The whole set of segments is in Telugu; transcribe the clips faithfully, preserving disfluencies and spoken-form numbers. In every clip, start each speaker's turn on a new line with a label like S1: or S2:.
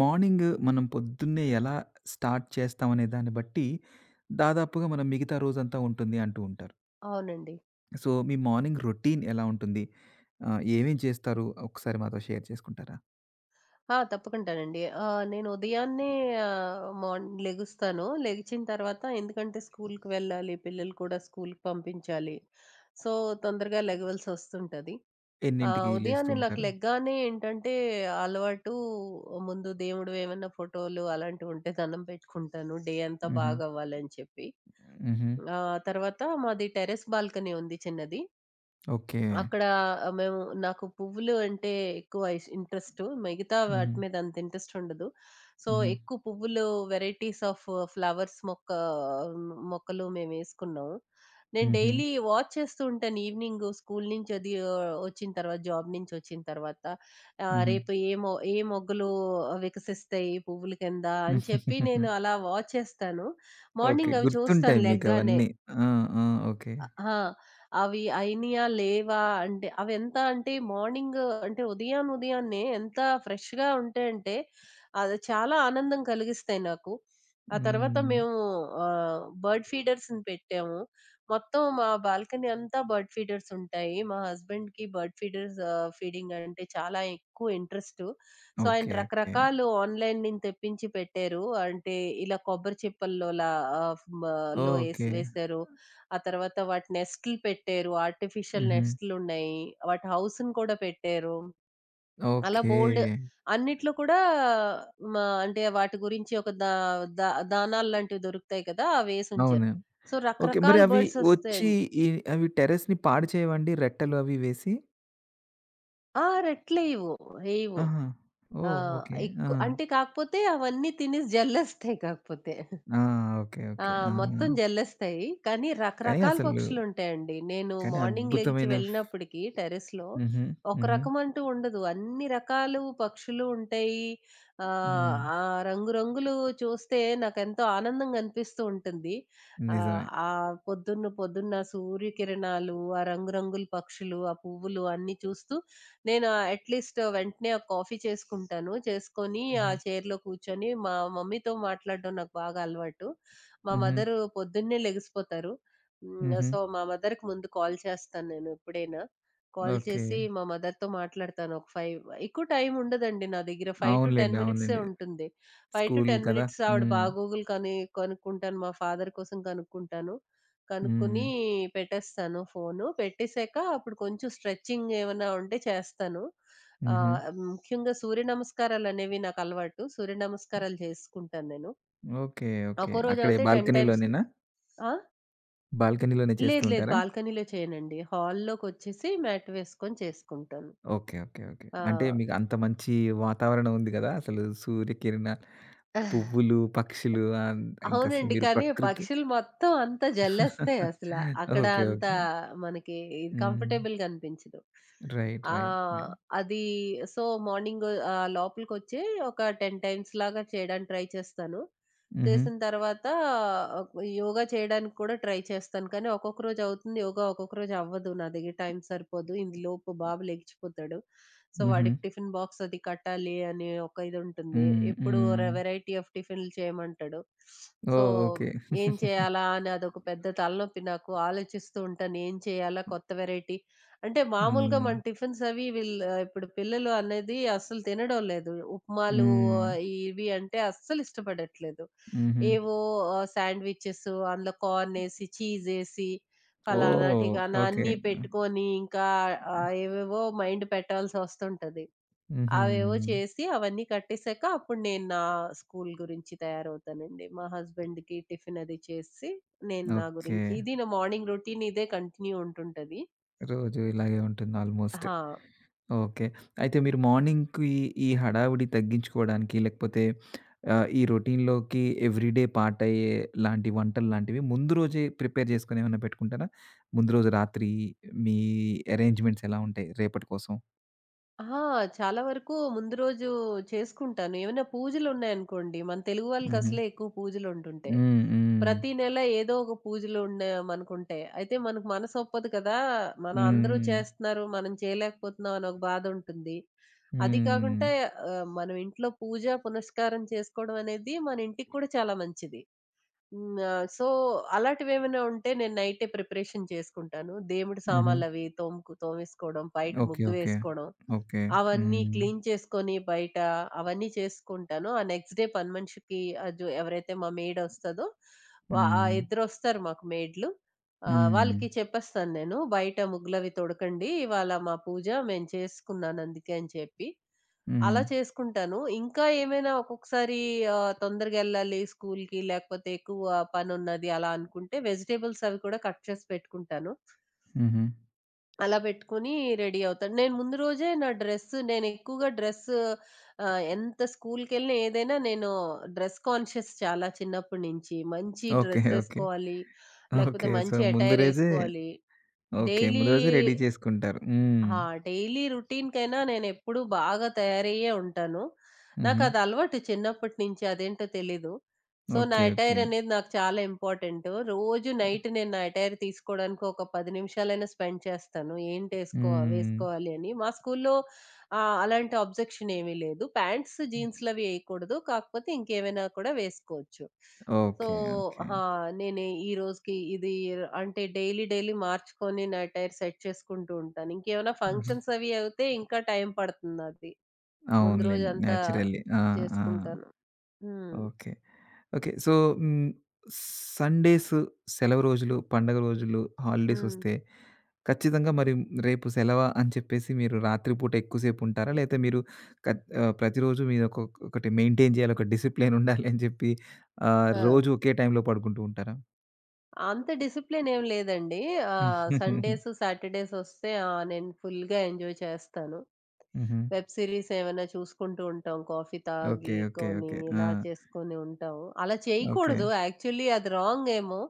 S1: మార్నింగ్ మనం పొద్దున్నే ఎలా స్టార్ట్ చేస్తామనే దాన్ని బట్టి, దాదాపుగా మనం మిగతా రోజంతా ఉంటుంది అంటూ ఉంటారు.
S2: అవునండి.
S1: సో, మీ మార్నింగ్ రొటీన్ ఎలా ఉంటుంది? ఆహ్, ఏమేం చేస్తారు? ఒకసారి మాతో షేర్ చేసుకుంటారా?
S2: ఆ! తప్పకుంటానండి. ఆహ్, నేను ఉదయాన్నే ఆహ్, మార్న్ లెగుస్తాను. లెగిచిన తర్వాత ఎందుకంటే స్కూలుకి వెళ్ళాలి. పిల్లలు కూడా స్కూలుకి పంపించాలి. సో, తొందరగా లెగవాల్సొస్తుంటది. ఆహ్,
S1: ఎన్నింటికి లేస్తూ
S2: ఉదయాన్నే నాకు
S1: ఉంటారు?
S2: లెగ్గానే ఏంటంటే అలవాటు ముందు దేవుడివి ఏమన్నా ఫోటోలు అలాంటివుంటే దండం పెట్టుకుంటాను. డే అంతా
S1: హుహు.
S2: బాగవ్వాలని చెప్పి.
S1: హుహు.
S2: ఆ తర్వాత మాది టెర్రస్ బాల్కనీ ఉంది చిన్నది.
S1: ఓకే.
S2: అక్కడ ఆహ్, మేము నాకు పువ్వులు అంటే ఎక్కువ ఇష్ ఇంట్రెస్టు. మిగతా
S1: హుహు.
S2: వాటి మీద అంత ఇంట్రెస్ట్ ఉండదు. సో,
S1: హుహు.
S2: ఎక్కువ పువ్వులు వెరైటీస్ ఆఫ్ ఫ్లవర్స్ మొక్క మొక్కలు మేమేసుకున్నాం. నేను
S1: హుహు.
S2: డైలీ వాచ్ చేస్తూ ఉంటాను. ఈవినింగ్ స్కూల్ నుంచి అది ఆహ్, వచ్చిన తర్వాత జాబ్ నుంచి వచ్చిన తర్వాత ఆహ్,
S1: హుహు.
S2: రేపు ఏ మొ ఏ మొగ్గలు వికసిస్తాయి పువ్వుల కింద అని చెప్పి నేను అలా వాచ్ చేస్తాను.
S1: ఓకే.
S2: మార్నింగ్ అవి
S1: గుర్తుంటాయి
S2: చూస్తాను లెగ్గానే.
S1: మీకవన్నీ. ఆ! ఆ! ఓకే.
S2: ఆ! అవి అయినియా? లేవా? అంటే అవెంత అంటే మార్నింగ్ అంటే ఉదయాన ఉదయాన్నే ఎంత ఫ్రెష్‌గా ఉంటాయంటే అది చాలా ఆనందం కలిగిస్తాయి నాకు. ఆ తర్వాత
S1: హ్మ్.
S2: మేము ఆహ్, బర్డ్ ఫీడర్స్‌ని పెట్టాము. మొత్తం మా బాల్కనీ అంతా బర్డ్ ఫీడర్స్ ఉంటాయి. మా హస్బెండ్‌కి బర్డ్ ఫీడర్స్ ఆహ్, ఫీడింగ్ అంటే చాలా ఎక్కువ ఇంట్రెస్టు. సో, ఆయన
S1: ఓకే. ఓకే.
S2: రకరకాలు ఆన్‌లైన్ నుంచి తెప్పించి పెట్టారు. అంటే ఇలా కొబ్బరి చిప్పల్లోలా ఆహ్, మ లో ఏసి
S1: ఓకే.
S2: వేశారు. ఆ తర్వాత వాటి నెస్ట్‌లు పెట్టారు. ఆర్టిఫిషియల్
S1: హుహు.
S2: నెస్ట్‌లున్నాయి. వాటి హౌస్‌ని కూడా పెట్టారు. అలా
S1: ఓకే.
S2: బోలెడు అన్నిట్లో కూడా మా అంటే వాటి గురించి ఒక దా దా దానాలు లాంటివి దొరుకుతాయి కదా! అవేసుంచారు.
S1: అవును.
S2: So,
S1: okay. మరి
S2: రకరకాల
S1: అవి
S2: బర్డ్స్
S1: వచ్చి
S2: వస్తాయండి.
S1: ఈ అవి టెర్రస్‌ని పాడు చేయవండి రెట్టెలు అవి వేసి?
S2: ఆ! రెట్లేయవు. ఏయవు.
S1: ఆహా!
S2: ఆ!
S1: ఓహ్! ఓకే. ఆ!
S2: ఎక్కు అంటే కాకపోతే అవన్నీ తినేసి జల్లేస్తాయి కాకపోతే.
S1: ఆ! ఓకే.
S2: ఆ!
S1: ఓకే. ఆ!
S2: మొత్తం జల్లేస్తాయి. కానీ
S1: కానీ
S2: రకరకాల
S1: అసలు
S2: పక్షులుంటాయండి. నేను
S1: కానీ
S2: మార్నింగ్ లెగిచి
S1: అద్భుతమైన ఫ్
S2: వెళ్ళినప్పటికి టెర్రస్‌లో
S1: హుహు.
S2: ఒక
S1: హుహు.
S2: రకం అంటూ ఉండదు. అన్ని రకాలు పక్షులు ఉంటాయి. ఆహ్,
S1: హ్మ్.
S2: ఆ రంగురంగులు చూస్తే నాకెంతో ఆనందంగా అనిపిస్తూ ఉంటుంది. ఆహ్,
S1: నిజమే.
S2: ఆ పొద్దున్న పొద్దున్న సూర్యకిరణాలు, ఆ రంగురంగుల పక్షులు, ఆ పువ్వులు అన్నీ చూస్తూ నేను అట్‌లీస్ట్ వెంటనే ఒక కాఫీ చేసుకుంటాను. చేసుకొని ఆ
S1: హుహు.
S2: చైర్‌లో కూర్చొని మా మమ్మీతో మాట్లాడడం నాకు బాగా అలవాటు. మా
S1: హుహు.
S2: మదరు పొద్దున్నే లెగిసిపోతారు. హ్మ్.
S1: హుహు.
S2: సో, మా మదర్‌కి ముందు కాల్ చేస్తాను నేను ఎప్పుడైనా. Call
S1: okay.
S2: చేసి మా మదర్‌తో మాట్లాడతాను. ఒక ఐదు ఎక్కువ టైం ఉండదండి నా దగ్గర. ఐదు పది
S1: అవునులెండి.
S2: మినిట్సే
S1: అవునులెండి.
S2: ఉంటుంది.
S1: స్కూల్
S2: ఐదు పది
S1: కదా!
S2: మినిట్స్ ఆవిడ
S1: హ్మ్.
S2: బాగోగులు కని కనుక్కుంటాను. మా ఫాదర్ కోసం కనుక్కుంటాను.
S1: హ్మ్.
S2: కనుక్కొని పెట్టేస్తాను ఫోను. పెట్టేసాక అప్పుడు కొంచెం స్ట్రెచింగ్ ఏమన్నా ఉంటే చేస్తాను.
S1: హుహు.
S2: ఆహ్, ముఖ్యంగా సూర్య నమస్కారాలనేవి నాకు అలవాటు. సూర్య నమస్కారాలు చేసుకుంటాను నేను.
S1: ఓకే. ఓకే.
S2: ఒక్కో
S1: అక్కడే
S2: రోజైతే పది టైమ్స్.
S1: బాల్కనీలోనేనా?
S2: ఆ!
S1: బాల్కనీలోనే చేస్తూ
S2: లేదు. లేదు.
S1: ఉంటారా?
S2: బాల్కనీలో చేయనండి. హాల్లోకొచ్చేసి మ్యాట్ వేసుకొని చేసుకుంటాను.
S1: ఓకే. ఓకే. ఓకే.
S2: ఆ!
S1: అంటే మీకు అంత మంచి వాతావరణం ఉంది గదా! అసలు సూర్యకిరణాలు, పువ్వులు, పక్షులు ఆహ్, ఇంకసలు
S2: అవునండి.
S1: మీరు
S2: కానీ
S1: ప్రకృతి
S2: పక్షులు మొత్తం అంతా జల్లేస్తాయి అసల. అక్కడ
S1: ఓకే.
S2: అంత
S1: ఓకే.
S2: మనకి ఇది
S1: హ్మ్.
S2: కంఫర్టబుల్‌గా అనిపించదు.
S1: రైట్. రైట్.
S2: ఆహ్,
S1: రైట్.
S2: అది సో, మార్నింగ్ ఆహ్, లోపలికొచ్చి ఒక పది టైమ్స్ లాగా చేయడానికి ట్రై చేస్తాను.
S1: హుహు.
S2: చేసిన తర్వాత ఆహ్, యోగా చేయడానికి కూడా ట్రై చేస్తాను. కానీ ఒక్కొక్క రోజు అవుతుంది యోగా, ఒక్కొక్క రోజు అవ్వదు. నా దగ్గర టైం సరిపోదు. ఇందులోపు బాబు లెగిచిపోతాడు. సో
S1: హుహు.
S2: వాడికి టిఫిన్ బాక్స్ అది కట్టాలి అనే ఒక ఇది ఉంటుంది.
S1: హ్మ్.
S2: ఎప్పుడు ర
S1: హ్మ్.
S2: వెరైటీ ఆఫ్ టిఫిన్‌లు చేయమంటాడు. సో,
S1: ఓహ్! ఓకే.
S2: ఏం చేయాలా అని అదొక పెద్ద తలనొప్పి నాకు. ఆలోచిస్తూ ఉంటాను. ఏం చేయాలా కొత్త వెరైటీ. అంటే మామూలుగా
S1: హ్మ్.
S2: మన టిఫిన్స్ అవి వీళ్ళు ఇప్పుడు పిల్లలు అనేది అస్సలు తినడం లేదు. ఉప్మాలు
S1: హ్మ్.
S2: ఆ, ఇవి అంటే అస్సలు ఇష్టపడట్లేదు.
S1: హుహు.
S2: ఏవో ఆహ్, శాండ్‌విచెస్ అందులో కార్న్ ఏసి, చీజ్ ఏసి ఫలానా,
S1: ఓహ్!
S2: టికానా
S1: ఓకే.
S2: అన్నీ పెట్టుకొని ఇంకా ఆహ్, ఏవేవో మైండ్ పెట్టాల్సొస్తుంటది.
S1: హుహు.
S2: అవేవో చేసి అవన్నీ కట్టేసాక అప్పుడు నేను నా స్కూల్ గురించి తయారవుతానండి. మా హస్బెండ్‌కి టిఫిన్ అది చేసి, నేను నా
S1: ఓకే.
S2: గురించి ఇది నా మార్నింగ్ రొటీన్ ఇదే కంటిన్యూ ఉంటుంటది.
S1: రోజు ఇలాగే ఉంటుంది ఆల్‌మోస్ట్.
S2: ఆ!
S1: ఓకే. అయితే మీరు మార్నింగ్‌కి ఈ హడావిడి తగ్గించుకోవడానికి లేకపోతే ఆహ్, ఈ రొటీన్‌లోకి ఎవ్రీడే పార్ట్ అయ్యే లాంటి వంటలు లాంటివి ముందు రోజే ప్రిపేర్ చేసుకొని ఏమైనా పెట్టుకుంటారా? ముందు రోజు రాత్రి మీ అరేంజ్‌మెంట్స్ ఎలా ఉంటాయి రేపటి కోసం?
S2: ఆ! చాలా వరకు ముందు రోజు చేసుకుంటాను. ఏమైనా పూజలున్నాయనుకోండి, మన తెలుగు
S1: హుహు.
S2: వాళ్ళకసలే ఎక్కువ పూజలుంటుంటాయి.
S1: హ్మ్. హ్మ్.
S2: ప్రతి నెల ఏదో ఒక పూజలు ఉండే మనకుంటాయి. అయితే మనకు మనసొప్పదు కదా! మన అందరూ
S1: హ్మ్.
S2: చేస్తున్నారు, మనం చేయలేకపోతున్నాం అని ఒక బాధుంటుంది. అది
S1: హ్మ్.
S2: కాకుంటే ఆహ్, మనం ఇంట్లో పూజ, పునస్కారం చేసుకోవడం అనేది మన ఇంటికి కూడా చాలా మంచిది. హ్మ్. ఆహ్, సో, అలాంటివేమైనా ఉంటే నేను నైటే ప్రిపరేషన్ చేసుకుంటాను. దేవుడి
S1: హుహు.
S2: సామాన్లవి తోముకు తోమేసుకోవడం, బయట
S1: ఓకే.
S2: ముగ్గు
S1: ఓకే.
S2: వేసుకోవడం.
S1: ఓకే.
S2: అవన్నీ
S1: హ్మ్.
S2: క్లీన్ చేసుకొని బయట అవన్నీ చేసుకుంటాను. ఆ నెక్స్ట్ డే పని మనిషికి అజు ఎవరైతే మా మెయిడొస్తదో వా ఆహ్,
S1: హ్మ్.
S2: ఇద్దరొస్తారు మాకు మెయిడ్‌లు. ఆహ్,
S1: హ్మ్.
S2: వాళ్ళకి చెప్పేస్తాను నేను. బయట ముగ్గులవి తొడకండి. ఇవాళ మా పూజ మేము చేసుకున్నాను అందుకే అని చెప్పి.
S1: హ్మ్.
S2: అలా చేసుకుంటాను. ఇంకా ఏమైనా ఒక్కొక్కసారి ఆహ్, తొందరగా ఎళ్ళాలి స్కూల్‌కి లేకపోతే ఎక్కువ పనున్నది అలా అనుకుంటే వెజిటబుల్స్ అవి కూడా కట్ చేసి పెట్టుకుంటాను.
S1: హుహు.
S2: అలా పెట్టుకొని రెడీ అవుతాను. నేను ముందు రోజే నా డ్రెస్ నేనెక్కువగా డ్రెస్ ఆహ్, ఎంత స్కూల్‌కెళ్ళినా ఏదైనా నేను డ్రెస్ కాన్షియస్ చాలా చిన్నప్పటి నుంచి. మంచి
S1: ఓకే.
S2: Dress
S1: okay.
S2: ఏసుకోవాలి. లేకపోతే
S1: ఓకే. సో,
S2: మంచి
S1: ముందు
S2: అటైర్
S1: రోజే
S2: ఏసుకోవాలి.
S1: ఓకే.
S2: డైలీ
S1: ముందు రోజే రెడీ చేసుకుంటారు. హ్మ్.
S2: ఆ! డైలీ రొటీన్‌కైనా నేనెప్పుడూ బాగా తయారయ్యే ఉంటాను.
S1: హుహు.
S2: నాకది అలవాటు చిన్నప్పటి నుంచి అదేంటో తెలీదు. సో, నా
S1: ఓకే. ఓకే.
S2: అటైర్ అనేది నాకు చాలా ఇంపార్టెంటు. రోజు నైట్ నేను నా అటైర్ తీసుకోవడానికి ఒక పది నిమిషాలైనా స్పెండ్ చేస్తాను. ఏంటేసుకో
S1: హ్మ్.
S2: వేసుకోవాలి అని. మా స్కూల్లో ఆహ్, అలాంటి అబ్జెక్షన్ ఏమీ లేదు. ప్యాంట్స్, జీన్స్‌లవి ఏయకూడదు. కాకపోతే ఇంకేమైనా కూడా వేసుకోవచ్చు. So,
S1: okay. ఓకే.
S2: ఆ! నేను ఈ రోజుకి ఇది అంటే డైలీ, డైలీ మార్చుకొని నా అటైర్ సెట్ చేసుకుంటూ ఉంటాను. ఇంకేమైనా
S1: హుహు.
S2: ఫంక్షన్స్ అవి అయితే ఇంకా టైం పడుతుంది నాది. ముందు
S1: అవునులెండి.
S2: రోజంతా
S1: నేచురల్లీ. ఆ! ఆ!
S2: చేసుకుంటాను. హ్మ్.
S1: ఓకే. ఓకే. సో, హ్మ్, సండేస్ సెలవు రోజులు,
S2: హ్మ్.
S1: పండగ రోజులు, హాలిడేస్
S2: హ్మ్.
S1: వస్తే ఖచ్చితంగా మరి రేపు సెలవా అని చెప్పేసి మీరు రాత్రి పూట ఎక్కువ సేపుంటారా? లేతే మీరు కత్ ఆహ్, ప్రతిరోజు మీరొక ఒకటి మెయింటైన్ జేయాలి. ఒక డిసిప్లిన్ ఉండాలి అని జెప్పి ఆహ్,
S2: ఆ!
S1: రోజు ఒకే టైంలో పడుకుంటూ ఉంటారా?
S2: అంత డిసిప్లిన్ ఏం లేదండి. ఆహ్, సండేస్, సాటర్‌డేస్ వస్తే ఆ! నేను ఫుల్‌గా ఎంజాయ్ చేస్తాను.
S1: హుహు.
S2: వెబ్ సీరీస్ ఏమైనా చూసుకుంటూ ఉంటాం. Coffee
S1: okay. ఓకే.
S2: తాగికొని
S1: ఓకే. ఆ!
S2: ఇలా చేసుకొని ఉంటాం. అలా
S1: ఓకే.
S2: చేయకూడదు. యాక్చువల్లీ అది రాంగ్ ఏమో.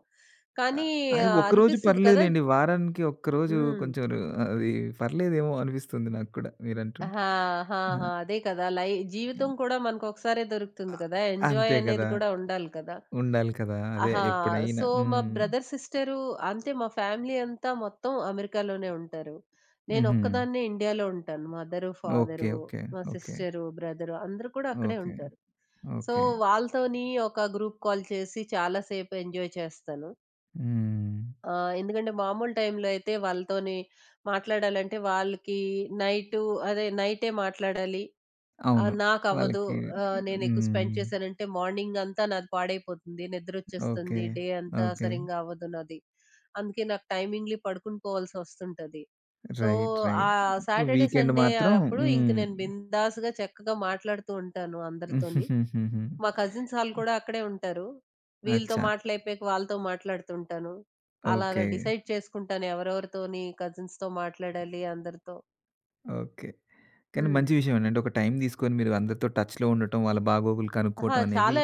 S1: ఆహ్,
S2: కానీ
S1: అది
S2: ఆహ్,
S1: ఒక్కరోజు
S2: అనిపిస్తది కదా!
S1: పర్లేదులెండి. వారానికి ఒక్కరోజు
S2: హ్మ్.
S1: కొంచెం రు అది పర్లేదేమో అనిపిస్తుంది నాకు కూడా
S2: ఆ!
S1: మీరంటుంటే.
S2: ఆ!
S1: ఆ!
S2: ఆ! అదే కదా! లై జీవితం
S1: హ్మ్.
S2: కూడా మనకొకసారే
S1: అ
S2: దొరుకుతుంది కదా! ఎంజాయ్
S1: అంతే కదా!
S2: అనేది కూడా ఉండాలి కదా!
S1: ఉండాలి కదా! అదే
S2: ఆహా!
S1: ఎప్పుడైనా.
S2: సో, మా
S1: హ్మ్.
S2: బ్రదర్, సిస్టరు అంతే మా ఫ్యామిలీ అంతా మొత్తం అమెరికాలోనే ఉంటారు.
S1: హుహు.
S2: నేనొక్కదాన్నే ఇండియాలో ఉంటాను. Mother,
S1: okay.
S2: Father,
S1: okay.
S2: మా
S1: ఓకే.
S2: సిస్టరు, బ్రదరు అందరూ కూడా అక్కడే
S1: ఓకే.
S2: ఉంటారు. So,
S1: okay.
S2: వాళ్ళతోని ఒక గ్రూప్ కాల్ చేసి చాలా సేపు ఎంజాయ్ చేస్తాను.
S1: హ్మ్.
S2: ఆహ్, ఎందుకంటే మామూలు టైంలో అయితే వాళ్ళతోని మాట్లాడాలంటే వాళ్ళకి నైటు అదే నైటే మాట్లాడాలి. ఆ!
S1: అవును.
S2: నాకవ్వదు.
S1: వాళ్ళకి
S2: ఆహ్, నేనెక్కువ స్పెండ్
S1: హ్మ్.
S2: చేశానంటే మార్నింగంతా నాది పాడైపోతుంది.
S1: ఓకే.
S2: నిద్రొచ్చేస్తుంది. డే అంతా
S1: ఓకే.
S2: సరింగా అవ్వదు నాది. అందుకే నాకు టైమింగ్‌లీ పడుకుని పోవాల్సొస్తుంటది. So,
S1: right.
S2: ఆ
S1: రైట్.
S2: సాటర్‌డే,
S1: వీకెండ్
S2: సండే
S1: మాత్రం
S2: అప్పుడు ఇంక
S1: హ్మ్.
S2: నేను బిందాస్‌గా చక్కగా మాట్లాడుతూ ఉంటాను అందరితోని.
S1: హుహుహుహు.
S2: మా కజిన్స్ ఆళ్ళు కూడా అక్కడే ఉంటారు. వీళ్ళతో
S1: అచ్చా!
S2: మాటలైపోయాక వాళ్ళతో మాట్లాడుతుంటాను. అలాగా
S1: ఓకే.
S2: డిసైడ్ చేసుకుంటాను ఎవరెవరితోని కజిన్స్‌తో మాట్లాడాలి అందరితో.
S1: ఓకే. కానీ
S2: హ్మ్.
S1: మంచి విషయమేనండి. అంటే ఒక టైం తీసుకొని మీరు అందరితో టచ్‌లో ఉండటం, వాళ్ళ బాగోగులు
S2: అహా!
S1: కనుక్కోవటం అనేది
S2: చాలా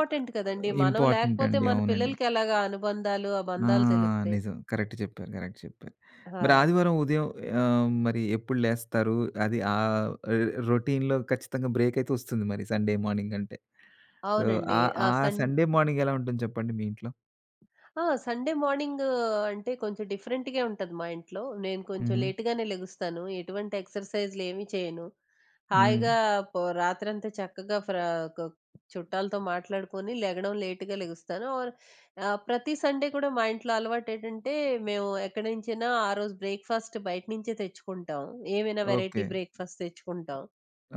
S1: ఆహ్,
S2: కదండీ. మనం
S1: ఇంపార్టెంట్
S2: లేకపోతే
S1: అండి.
S2: మన
S1: అవునండి.
S2: పిల్లలకి ఎలాగా అనుబంధాలు, ఆ
S1: ఆ!
S2: బంధాలు తెలుస్తాయి.
S1: నిజం. కరెక్ట్ చెప్పారు. కరెక్ట్ చెప్పారు.
S2: ఆ!
S1: మరి ఆదివారం ఉదయం ఆహ్, మరి ఎప్పుడు లేస్తారు? అది ఆహ్, రొటీన్‌లో ఖచ్చితంగా బ్రేక్ అయితే వస్తుంది మరి సండే మార్నింగ్ అంటే. సో,
S2: అవునండి.
S1: ఆ ఆ
S2: ఆహ్, సన్
S1: సండే మార్నింగ్ ఎలా ఉంటుంది చెప్పండి మీ ఇంట్లో?
S2: ఆ! సండే మార్నింగ్ అంటే కొంచెం డిఫరెంట్‌గే ఉంటది మా ఇంట్లో. నేను కొంచెం
S1: హుహు.
S2: లేట్‌గానే లెగుస్తాను. ఎటువంటి ఎక్సర్‌సైజ్‌లేమి చేయను.
S1: హ్మ్.
S2: హాయిగా పొ రాత్రంతా చక్కగా ఫ్ర కొ చుట్టాలతో మాట్లాడుకొని లెగడం లేట్‌గా లెగుస్తాను. ఆర్ ఆహ్, ప్రతి సండే కూడా మా ఇంట్లో అలవాటేటంటే, మేము ఎక్కడి నుంచైనా ఆ రోజు బ్రేక్‌ఫాస్ట్ బయట నుంచే తెచ్చుకుంటాం. ఏమైనా
S1: ఓకే.
S2: వెరైటీ బ్రేక్‌ఫాస్ట్ తెచ్చుకుంటాం.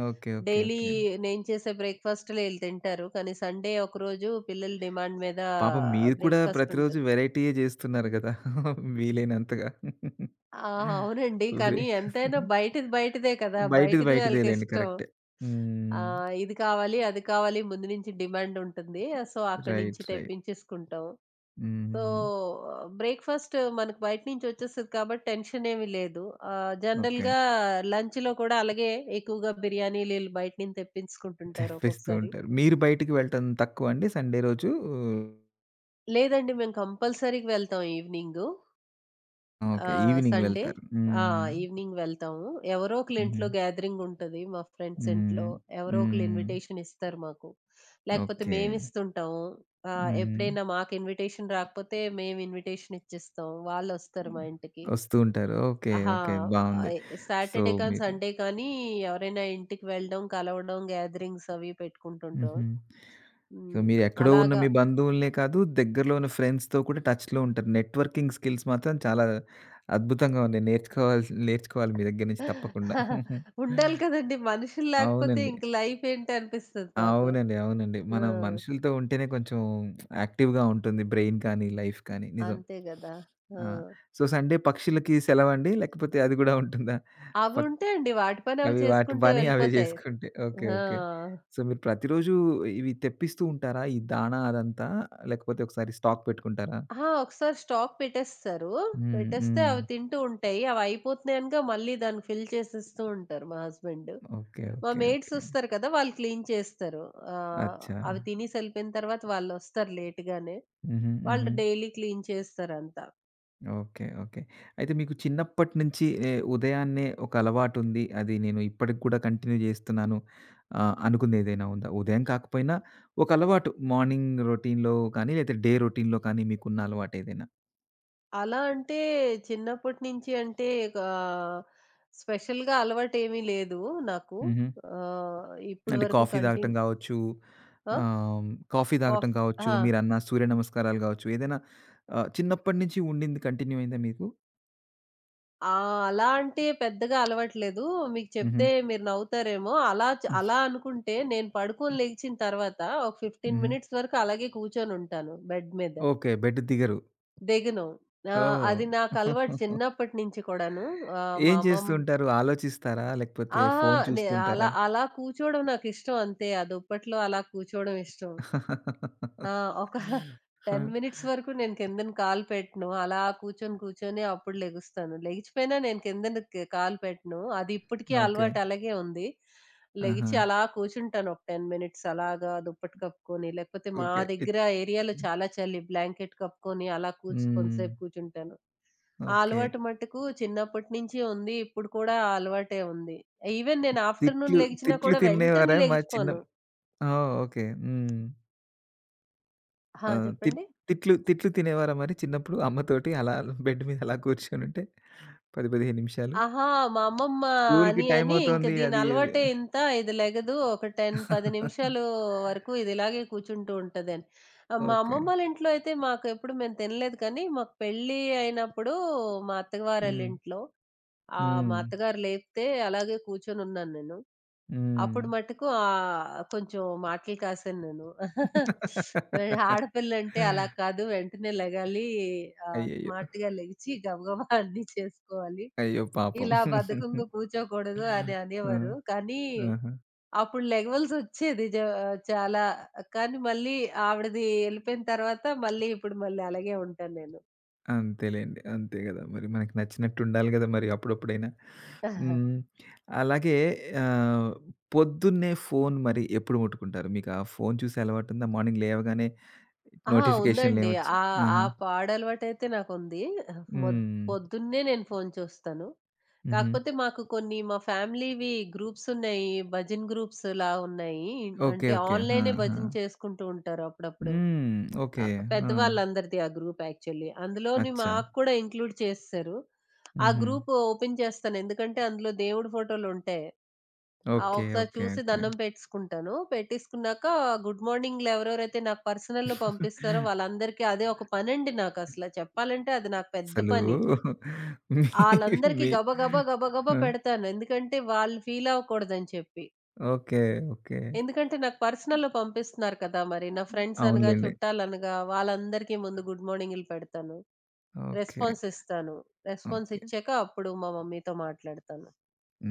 S1: ఓకే. ఓకే.
S2: Daily
S1: okay.
S2: నేను చేసే బ్రేక్‌ఫాస్ట్‌లే ఈళ్ళు తింటారు. కానీ సండే ఒకరోజు పిల్లల డిమాండ్ మీద
S1: పాపం మీరు కూడా
S2: బ్రేక్‌ఫాస్ట్
S1: ప్రతిరోజు
S2: ఉంటుంది.
S1: వేరైటీయే జేస్తున్నారు గదా! వీలైనంతగా.
S2: ఆ! అవునండి. కానీ
S1: బ్రేక్‌ఫాస్ట్
S2: ఎంతైనా బయటిది బయటిదే కదా!
S1: బయటిది
S2: బయటిది
S1: బయటిదేలెండి.
S2: వాళ్ళకిష్టం.
S1: కరెక్టే. హ్మ్.
S2: ఆహ్, ఇది కావాలి, అది కావాలి ముందు నుంచి డిమాండ్ ఉంటుంది. సో, అక్కడి నుంచి
S1: రైట్. రైట్.
S2: తెప్పించేసుకుంటాం. సో,
S1: హ్మ్.
S2: బ్రేక్‌ఫాస్ట్ మనకు బయట నుంచి వచ్చేస్తది కాబట్టి టెన్షన్ ఏమీ లేదు. ఆహ్,
S1: ఓకే.
S2: జనరల్‌గా లంచ్‌లో కూడా అలాగే ఎక్కువగా బిర్యానీలు ఈళ్ళు బయట నుంచి తెప్పించుకుంటుంటారు
S1: తెప్పిస్తూ
S2: ఒక్కొక్కసారి.
S1: ఉంటారు. మీరు బయటికి వెళ్ళటం తక్కువ అండి సండే రోజు?
S2: లేదండి మేము కంపల్సరీగా వెళ్తాం ఈవినింగు. ఆ!
S1: ఓకే. Evening
S2: Sunday.
S1: వెళ్తారు.
S2: ఆ!
S1: హ్మ్.
S2: ఈవినింగ్ వెళ్తాము. ఎవరో
S1: హుహు.
S2: ఒకళ్ళింట్లో గ్యాదరింగ్ ఉంటది. మా ఫ్రెండ్స్ ఇంట్లో.
S1: హ్మ్.
S2: ఎవరో ఒకళ్ళు
S1: హ్మ్.
S2: ఇన్విటేషన్ ఇస్తారు మాకు. లేకపోతే
S1: ఓకే.
S2: మేమిస్తుంటాము. ఆహ్,
S1: హ్మ్.
S2: ఎప్పుడైనా మాకు ఇన్విటేషన్ రాకపోతే మేము ఇన్విటేషన్ ఇచ్చేస్తాం. వాళ్ళొస్తారు మా ఇంటికి.
S1: వస్తూ ఉంటారు. ఓకే.
S2: ఆహా!
S1: ఓకే. బావుంది.
S2: ఆహ్,
S1: సో,
S2: సాటర్‌డే కానీ,
S1: మీరు
S2: సండే కానీ ఎవరైనా ఇంటికి వెళ్ళడం, కలవడం, గ్యాదరింగ్స్ అవి పెట్టుకుంటుంటాం.
S1: హుహు. సో,
S2: హ్మ్.
S1: మీరెక్కడో ఉన్న
S2: అలాగా
S1: మీ బంధువులనే కాదు, దగ్గరలో ఉన్న ఫ్రెండ్స్‌తో కూడా టచ్‌లో ఉంటారు. నెట్వర్కింగ్ స్కిల్స్ మాత్రం చాలా అద్భుతంగా ఉన్నాయి. నేర్చుకోవాల్సి నేర్చుకోవాలి మీ దగ్గర నుంచి తప్పకుండా.
S2: ఉండాలి కదండీ! మనుషులు లేకపోతే
S1: అవునండి.
S2: ఇంక లైఫ్ ఏంటి అనిపిస్తది నాకు.
S1: అవునండి. అవునండి.
S2: ఆ!
S1: మనం మనుషులతో ఉంటేనే కొంచెం యాక్టివ్‌గా ఉంటుంది బ్రెయిన్ కానీ, లైఫ్ కానీ. నిజం.
S2: అంతే గదా! ఆ!
S1: ఆ! సో, సండే పక్షులకి సెలవండి? లేకపోతే అది గూడా ఉంటుందా? పక్
S2: అవుంటాయండి. వాటి పని అవి
S1: అవి వాటి
S2: చేసుకుంటే
S1: పని అవే
S2: వెళ్ళిపోతాయి.
S1: జేసుకుంటాయి. ఓకే.
S2: ఆ!
S1: ఓకే. సో, మీరు ప్రతిరోజు ఇవి తెప్పిస్తూ ఉంటారా? ఈ దాణా అదంతా? లేకపోతే ఒకసారి స్టాక్ పెట్టుకుంటారా?
S2: అహా! ఒకసారి స్టాక్ పెట్టేస్తారు.
S1: హ్మ్.
S2: పెట్టేస్తే
S1: హ్మ్.
S2: అవి తింటూ ఉంటాయి. అవి అయిపోతున్నాయి అనగా మళ్ళీ దాన్ని ఫిల్ చేసేస్తూ ఉంటారు మా హస్బెండ్.
S1: ఓకే.
S2: మా
S1: ఓకే.
S2: Mates
S1: okay.
S2: వస్తారు కదా! వాళ్ళు క్లీన్ చేస్తారు. ఆహ్,
S1: అచ్చా!
S2: అవి తినేసి ఎళ్ళిపోయిన తర్వాత వాళ్ళొస్తారు లేట్‌గానే.
S1: హుహు. హుహు.
S2: వాళ్ళు డైలీ క్లీన్ చేస్తారంతా.
S1: ఓకే. ఓకే. అయితే మీకు చిన్నప్పటి నుంచి ఏ ఉదయాన్నే ఒక అలవాటుంది. అది నేను ఇప్పటికి కూడా కంటిన్యూ జేస్తున్నాను ఆహ్, అనుకుందేదైనా ఉందా? ఉదయం కాకపోయినా ఒక అలవాటు మార్నింగ్ రొటీన్‌లో కానీ, లేతే డే రొటీన్‌లో కానీ మీకున్న అలవాటేదైనా?
S2: అలా అంటే చిన్నప్పటి నుంచి అంటే ఆహ్, స్పెషల్‌గా అలవాటేమీ లేదు నాకు. ఆహ్, ఇప్పటి
S1: అంటే
S2: వరకు
S1: కాఫీ తాగటం
S2: కంటిన్
S1: కావచ్చు,
S2: ఆ!
S1: ఆహ్, కాఫీ తాగటం
S2: కాఫ్
S1: కావచ్చు,
S2: అహా!
S1: మీరన్న సూర్య నమస్కారాలు కావచ్చు, ఏదైనా ఆహ్, చిన్నప్పటి నుంచి ఉండింది కంటిన్యూ అయిందా మీకు?
S2: ఆ! అలా అంటే పెద్దగా అలవాట్లేదు. మీకు
S1: హుహు.
S2: చెప్తే మీరు నవ్వుతారేమో! అలా చ అలా అనుకుంటే నేను పడుకొని లెగిచిన తర్వాత ఒక పదిహేను
S1: హుహు.
S2: మినిట్స్ వరకు అలాగే కూర్చొనుంటాను బెడ్ మీద.
S1: ఓకే. బెడ్ దిగరు.
S2: దిగను. ఆ!
S1: ఓహ్!
S2: అది నాకు అలవాటు చిన్నప్పటి నుంచి కూడాను. ఆహ్,
S1: ఏం
S2: మా
S1: చేస్తూ
S2: అమ్మమ్మ
S1: ఉంటారు? ఆలోచిస్తారా? లేకపోతే
S2: ఆహా!
S1: ఫోను
S2: నే
S1: చూస్తుంటారా?
S2: అలా అలా కూర్చోవడం నాకిష్టం అంతే. ఆ దుప్పట్లో అలా కూర్చోవడం ఇష్టం. ఆ! ఒక పది మినిట్స్ వరకు నేను కిందన కాలు పెట్టను. అలా కూర్చొని, కూర్చొని అప్పుడు లెగుస్తాను. లెగిచిపోయినా నేను కిందన క్ కాలు పెట్టను. అది ఇప్పటికీ
S1: ఓకే.
S2: అలవాటు అలాగే ఉంది.
S1: ఆహా!
S2: లెగిచి అలా కూర్చుంటాను ఒక పది మినిట్స్ అలాగా దుప్పటి కప్పుకొని. లేకపోతే మా
S1: ఓకే. ఇత్
S2: దగ్గర ఏరియాలో చాలా చలి. బ్లాంకెట్ కప్పుకొని అలా కూర్చు
S1: హ్మ్.
S2: కొంతసేపు కూర్చుంటాను. ఆ
S1: ఓకే.
S2: అలవాటు మట్టుకు చిన్నప్పటి నుంచి ఉంది. ఇప్పుడు కూడా ఆ అలవాటే ఉంది. ఈవెన్ నేను
S1: తిట్లు
S2: ఆఫ్టర్‌నూన్ లెగిచినా
S1: తిట్లు
S2: కూడా వెంటనే
S1: తినేవారా? మరి చిన్న
S2: లెగిచిపోను.
S1: ఓహ్! ఓకే. హ్మ్.
S2: ఆ!
S1: ఆ! తిట్
S2: చెప్పండి?
S1: తిట్లు తిట్లు తినేవారా మరి చిన్నప్పుడు అమ్మతోటి అలా బెడ్ మీద అలా కూర్చొనుంటే పది, పదిహేను నిమిషాలు?
S2: ఆహా! మా అమ్మమ్మ
S1: స్కూల్‌కి
S2: అని అని ఇంక
S1: టైమవుతోంది
S2: దీని
S1: అది ఇది.
S2: అలవాటే ఇంత ఇది లెగదు. ఒక పది, పది నిమిషాలు వరకు ఇది ఇలాగే కూర్చుంటూ ఉంటదని. ఆహ్, మా
S1: ఓకే.
S2: అమ్మమ్మోళ్ళ ఇంట్లో అయితే మాకు ఎప్పుడు మేము తినలేదు కానీ, మాకు పెళ్లి అయినప్పుడు మా అత్తగారోళ్ళ
S1: హ్మ్.
S2: ఇంట్లో ఆహ్, మా
S1: హ్మ్.
S2: అత్తగారు లేపితే అలాగే కూర్చొనున్నాను నేను.
S1: హ్మ్.
S2: అప్పుడు మటుకు ఆహ్, కొంచెం మాటలు కాసాను నేను. ఆడపిల్లంటే అలా కాదు. వెంటనే లెగాలి. ఆహ్,
S1: అయ్యయ్యో!
S2: స్మార్ట్‌గా లెగిచి గబగబా అన్నీ చేసుకోవాలి.
S1: అయ్యో పాపం!
S2: ఇలా బద్ధకంగా కూర్చోకూడదు అని
S1: ఆ!
S2: అనేవారు. కానీ
S1: ఆహా!
S2: అప్పుడు లెగవాల్సొచ్చేది. జ చాలా కానీ మళ్ళీ ఆవిడది ఎళ్ళిపోయిన తర్వాత మళ్ళీ ఇప్పుడు మళ్ళీ అలాగే ఉంటాను నేను.
S1: అంతేలేండి. అంతే గదా! మరి మనకి నచ్చినట్టు ఉండాలి గదా! మరి అప్పుడప్పుడైనా. హ్మ్. అలాగే ఆహ్, పొద్దున్నే ఫోను మరి ఎప్పుడు ముట్టుకుంటారు? మీకు ఆ ఫోను చూసే అలవాటుందా? మార్నింగ్ లేవగానే
S2: ఆ! ఉందండి.
S1: నోటిఫికేషన్‌లేమొచ్చి
S2: ఆహ్, ఆ
S1: ఆహా!
S2: పాడలవాటైతే నాకుంది. మొద్
S1: హ్మ్.
S2: పొద్దున్నే నేను ఫోను చూస్తాను.
S1: హుహు.
S2: కాకపోతే మాకు కొన్ని మా ఫ్యామిలీవి గ్రూప్సున్నాయి. భజన గ్రూప్స్‌లా ఉన్నాయి.
S1: ఓకే.
S2: అంటే
S1: ఓకే. ఆ!
S2: ఆన్‌లైనే
S1: ఆ!
S2: భజన చేసుకుంటూ ఉంటారు అప్పుడప్పుడు.
S1: హ్మ్. ఓకే.
S2: ఆహ్,
S1: ఆ!
S2: పెద్దవాళ్ళందరిది ఆ గ్రూప్ యాక్చువల్లీ. అందులోని
S1: అచ్చా!
S2: మాకు కూడా ఇంక్లూడ్ చేసేశారు. ఆ
S1: హుహు.
S2: గ్రూప్ ఓపెన్ చేస్తాను. ఎందుకంటే అందులో దేవుడి ఫోటోలుంటాయి. ఆ!
S1: ఓకే.
S2: ఒకసారి
S1: ఓకే.
S2: చూసి
S1: ఓకే.
S2: దండం పెట్టేసుకుంటాను. పెట్టేసుకున్నాక గుడ్ మార్నింగ్‌లు ఎవరెవరైతే నాకు పర్సనల్‌లో పంపిస్తారో వాళ్ళందరికీ అదే ఒక పనండి నాకసల చెప్పాలంటే అది నాకు పెద్ద
S1: అసలు
S2: పని.
S1: మీ
S2: ఆళ్ళందరికీ
S1: మీ
S2: గబగబా, గబగబా
S1: ఆ!
S2: పెడతాను. ఎందుకంటే వాళ్ళు ఫీల్ అవ్వకూడదని చెప్పి.
S1: ఓకే. ఓకే.
S2: ఎందుకంటే నాకు పర్సనల్‌లో పంపిస్తున్నారు కదా! మరి నా ఫ్రెండ్స్ అనగా,
S1: అవునులెండి.
S2: చుట్టాలనగా వాళ్ళందరికీ ముందు గుడ్ మార్నింగ్‌లు పెడతాను.
S1: ఓకే.
S2: రెస్పాన్స్ ఇస్తాను. Response
S1: okay.
S2: ఇచ్చాక అప్పుడు మా మమ్మీతో మాట్లాడతాను.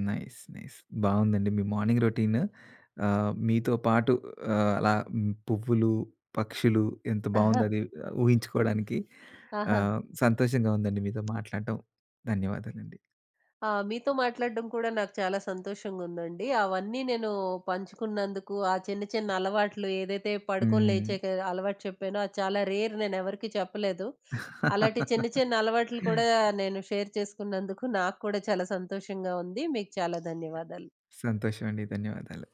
S1: నైస్. నైస్. బావుందండి మీ మార్నింగ్ రొటీన్. ఆహ్, మీతో పాటు ఆహ్, అలా హ్మ్, పువ్వులు, పక్షులు ఎంత
S2: ఆహా!
S1: బావుందది ఊహించుకోవడానికి.
S2: ఆహా!
S1: ఆహ్, సంతోషంగా ఉందండి మీతో మాట్లాడటం. ధన్యవాదాలండి.
S2: ఆ! మీతో మాట్లాడడం కూడా నాకు చాలా సంతోషంగుందండి. అవన్నీ నేను పంచుకున్నందుకు, ఆ చిన్న చిన్న అలవాట్లు ఏదైతే పడుకొని
S1: హ్మ్.
S2: లేచాక అలవాటు చెప్పానో అది చాలా రేర్ నేనెవరికీ చెప్పలేదు. అలాంటి చిన్న చిన్న అలవాట్లు కూడా నేను షేర్ చేసుకున్నందుకు నాకు కూడా చాలా సంతోషంగా ఉంది. మీకు చాలా ధన్యవాదాలు.
S1: సంతోషమండి. ధన్యవాదాలు.